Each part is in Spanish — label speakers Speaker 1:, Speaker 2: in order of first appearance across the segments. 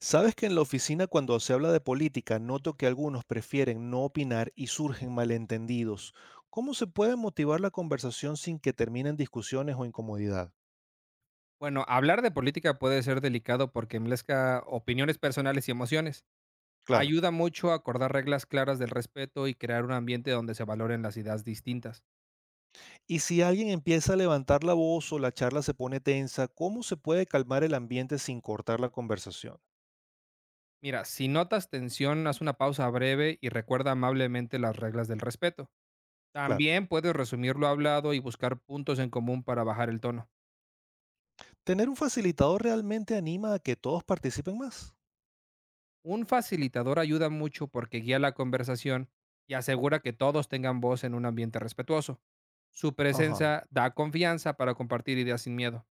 Speaker 1: Sabes que en la oficina cuando se habla de política noto que algunos prefieren no opinar y surgen malentendidos. ¿Cómo se puede motivar la conversación sin que terminen discusiones o incomodidad?
Speaker 2: Bueno, hablar de política puede ser delicado porque mezcla opiniones personales y emociones.
Speaker 1: Claro.
Speaker 2: Ayuda mucho a acordar reglas claras del respeto y crear un ambiente donde se valoren las ideas distintas.
Speaker 1: Y si alguien empieza a levantar la voz o la charla se pone tensa, ¿cómo se puede calmar el ambiente sin cortar la conversación?
Speaker 2: Mira, si notas tensión, haz una pausa breve y recuerda amablemente las reglas del respeto.
Speaker 1: Claro.
Speaker 2: También puedes resumir lo hablado y buscar puntos en común para bajar el tono.
Speaker 1: ¿Tener un facilitador realmente anima a que todos participen más?
Speaker 2: Un facilitador ayuda mucho porque guía la conversación y asegura que todos tengan voz en un ambiente respetuoso. Su
Speaker 1: Ajá.
Speaker 2: presencia da confianza para compartir ideas sin miedo.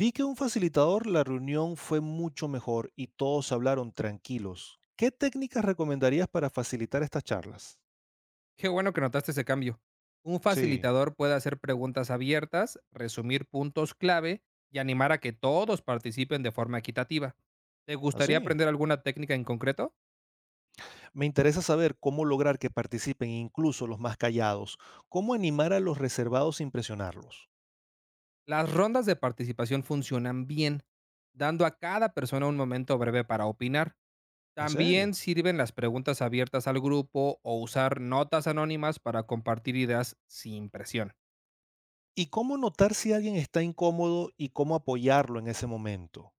Speaker 1: Vi que un facilitador la reunión fue mucho mejor y todos hablaron tranquilos. ¿Qué técnicas recomendarías para facilitar estas charlas?
Speaker 2: Qué bueno que notaste ese cambio. Un
Speaker 1: Sí,
Speaker 2: facilitador puede hacer preguntas abiertas, resumir puntos clave y animar a que todos participen de forma equitativa. ¿Te gustaría
Speaker 1: así.
Speaker 2: aprender alguna técnica en concreto?
Speaker 1: Me interesa saber cómo lograr que participen incluso los más callados, cómo animar a los reservados sin presionarlos.
Speaker 2: Las rondas de participación funcionan bien, dando a cada persona un momento breve para opinar.
Speaker 1: ¿En
Speaker 2: También
Speaker 1: serio?
Speaker 2: sirven las preguntas abiertas al grupo o usar notas anónimas para compartir ideas sin presión.
Speaker 1: ¿Y cómo notar si alguien está incómodo y cómo apoyarlo en ese momento?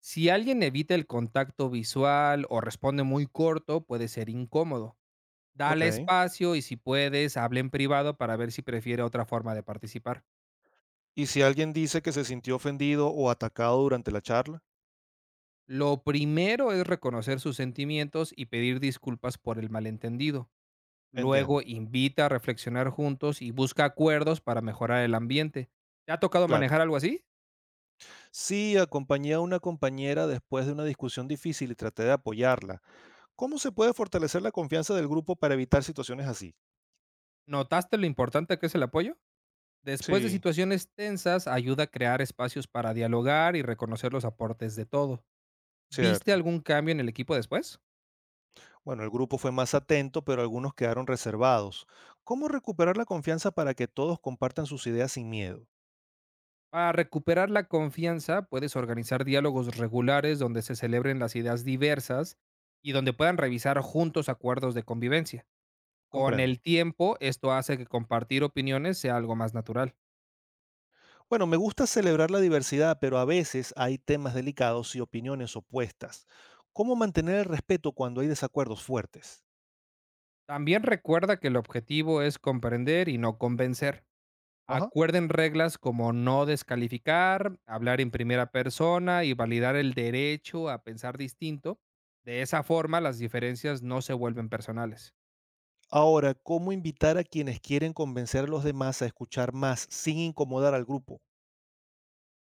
Speaker 2: Si alguien evita el contacto visual o responde muy corto, puede ser incómodo. Dale
Speaker 1: Ok.
Speaker 2: espacio y si puedes, habla en privado para ver si prefiere otra forma de participar.
Speaker 1: ¿Y si alguien dice que se sintió ofendido o atacado durante la charla?
Speaker 2: Lo primero es reconocer sus sentimientos y pedir disculpas por el malentendido.
Speaker 1: Entiendo.
Speaker 2: Luego invita a reflexionar juntos y busca acuerdos para mejorar el ambiente. ¿Te ha tocado
Speaker 1: Claro.
Speaker 2: manejar algo así?
Speaker 1: Sí, acompañé a una compañera después de una discusión difícil y traté de apoyarla. ¿Cómo se puede fortalecer la confianza del grupo para evitar situaciones así?
Speaker 2: ¿Notaste lo importante que es el apoyo? Después de
Speaker 1: Sí,
Speaker 2: situaciones tensas, ayuda a crear espacios para dialogar y reconocer los aportes de todo. ¿Viste
Speaker 1: cierto.
Speaker 2: algún cambio en el equipo después?
Speaker 1: Bueno, el grupo fue más atento, pero algunos quedaron reservados. ¿Cómo recuperar la confianza para que todos compartan sus ideas sin miedo?
Speaker 2: Para recuperar la confianza, puedes organizar diálogos regulares donde se celebren las ideas diversas y donde puedan revisar juntos acuerdos de convivencia. Con
Speaker 1: Comprendo.
Speaker 2: el tiempo, esto hace que compartir opiniones sea algo más natural.
Speaker 1: Bueno, me gusta celebrar la diversidad, pero a veces hay temas delicados y opiniones opuestas. ¿Cómo mantener el respeto cuando hay desacuerdos fuertes?
Speaker 2: También recuerda que el objetivo es comprender y no convencer.
Speaker 1: Ajá.
Speaker 2: Acuerden reglas como no descalificar, hablar en primera persona y validar el derecho a pensar distinto. De esa forma, las diferencias no se vuelven personales.
Speaker 1: Ahora, ¿cómo invitar a quienes quieren convencer a los demás a escuchar más sin incomodar al grupo?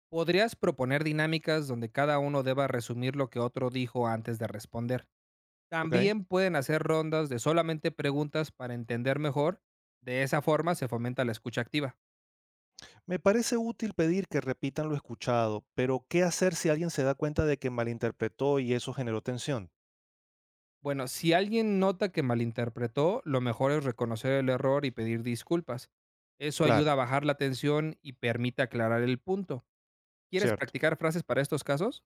Speaker 2: Podrías proponer dinámicas donde cada uno deba resumir lo que otro dijo antes de responder.
Speaker 1: ¿Ok?
Speaker 2: También pueden hacer rondas de solamente preguntas para entender mejor. De esa forma se fomenta la escucha activa.
Speaker 1: Me parece útil pedir que repitan lo escuchado, pero ¿qué hacer si alguien se da cuenta de que malinterpretó y eso generó tensión?
Speaker 2: Bueno, si alguien nota que malinterpretó, lo mejor es reconocer el error y pedir disculpas. Eso
Speaker 1: Claro,
Speaker 2: ayuda a bajar la tensión y permite aclarar el punto. ¿Quieres
Speaker 1: cierto.
Speaker 2: practicar frases para estos casos?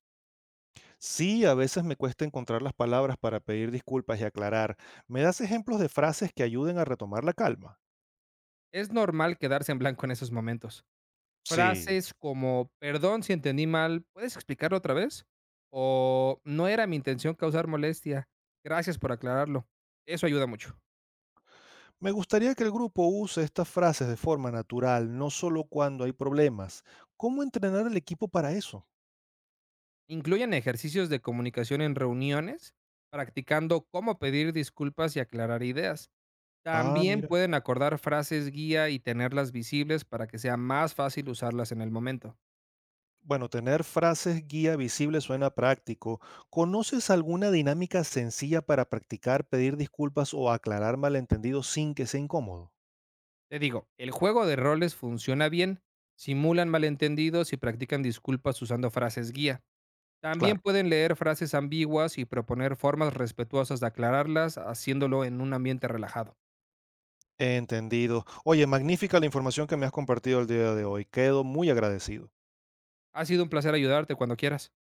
Speaker 1: Sí, a veces me cuesta encontrar las palabras para pedir disculpas y aclarar. ¿Me das ejemplos de frases que ayuden a retomar la calma?
Speaker 2: Es normal quedarse en blanco en esos momentos.
Speaker 1: Sí.
Speaker 2: Frases como: "Perdón si entendí mal, ¿puedes explicarlo otra vez?" o "No era mi intención causar molestia, gracias por aclararlo". Eso ayuda mucho.
Speaker 1: Me gustaría que el grupo use estas frases de forma natural, no solo cuando hay problemas. ¿Cómo entrenar al equipo para eso?
Speaker 2: Incluyen ejercicios de comunicación en reuniones, practicando cómo pedir disculpas y aclarar ideas.
Speaker 1: Ah,
Speaker 2: También
Speaker 1: mira.
Speaker 2: pueden acordar frases guía y tenerlas visibles para que sea más fácil usarlas en el momento.
Speaker 1: Bueno, tener frases guía visibles suena práctico. ¿Conoces alguna dinámica sencilla para practicar pedir disculpas o aclarar malentendidos sin que sea incómodo?
Speaker 2: Te digo, el juego de roles funciona bien, simulan malentendidos y practican disculpas usando frases guía. También
Speaker 1: Claro.
Speaker 2: pueden leer frases ambiguas y proponer formas respetuosas de aclararlas, haciéndolo en un ambiente relajado.
Speaker 1: Entendido. Oye, magnífica la información que me has compartido el día de hoy. Quedo muy agradecido.
Speaker 2: Ha sido un placer ayudarte cuando quieras.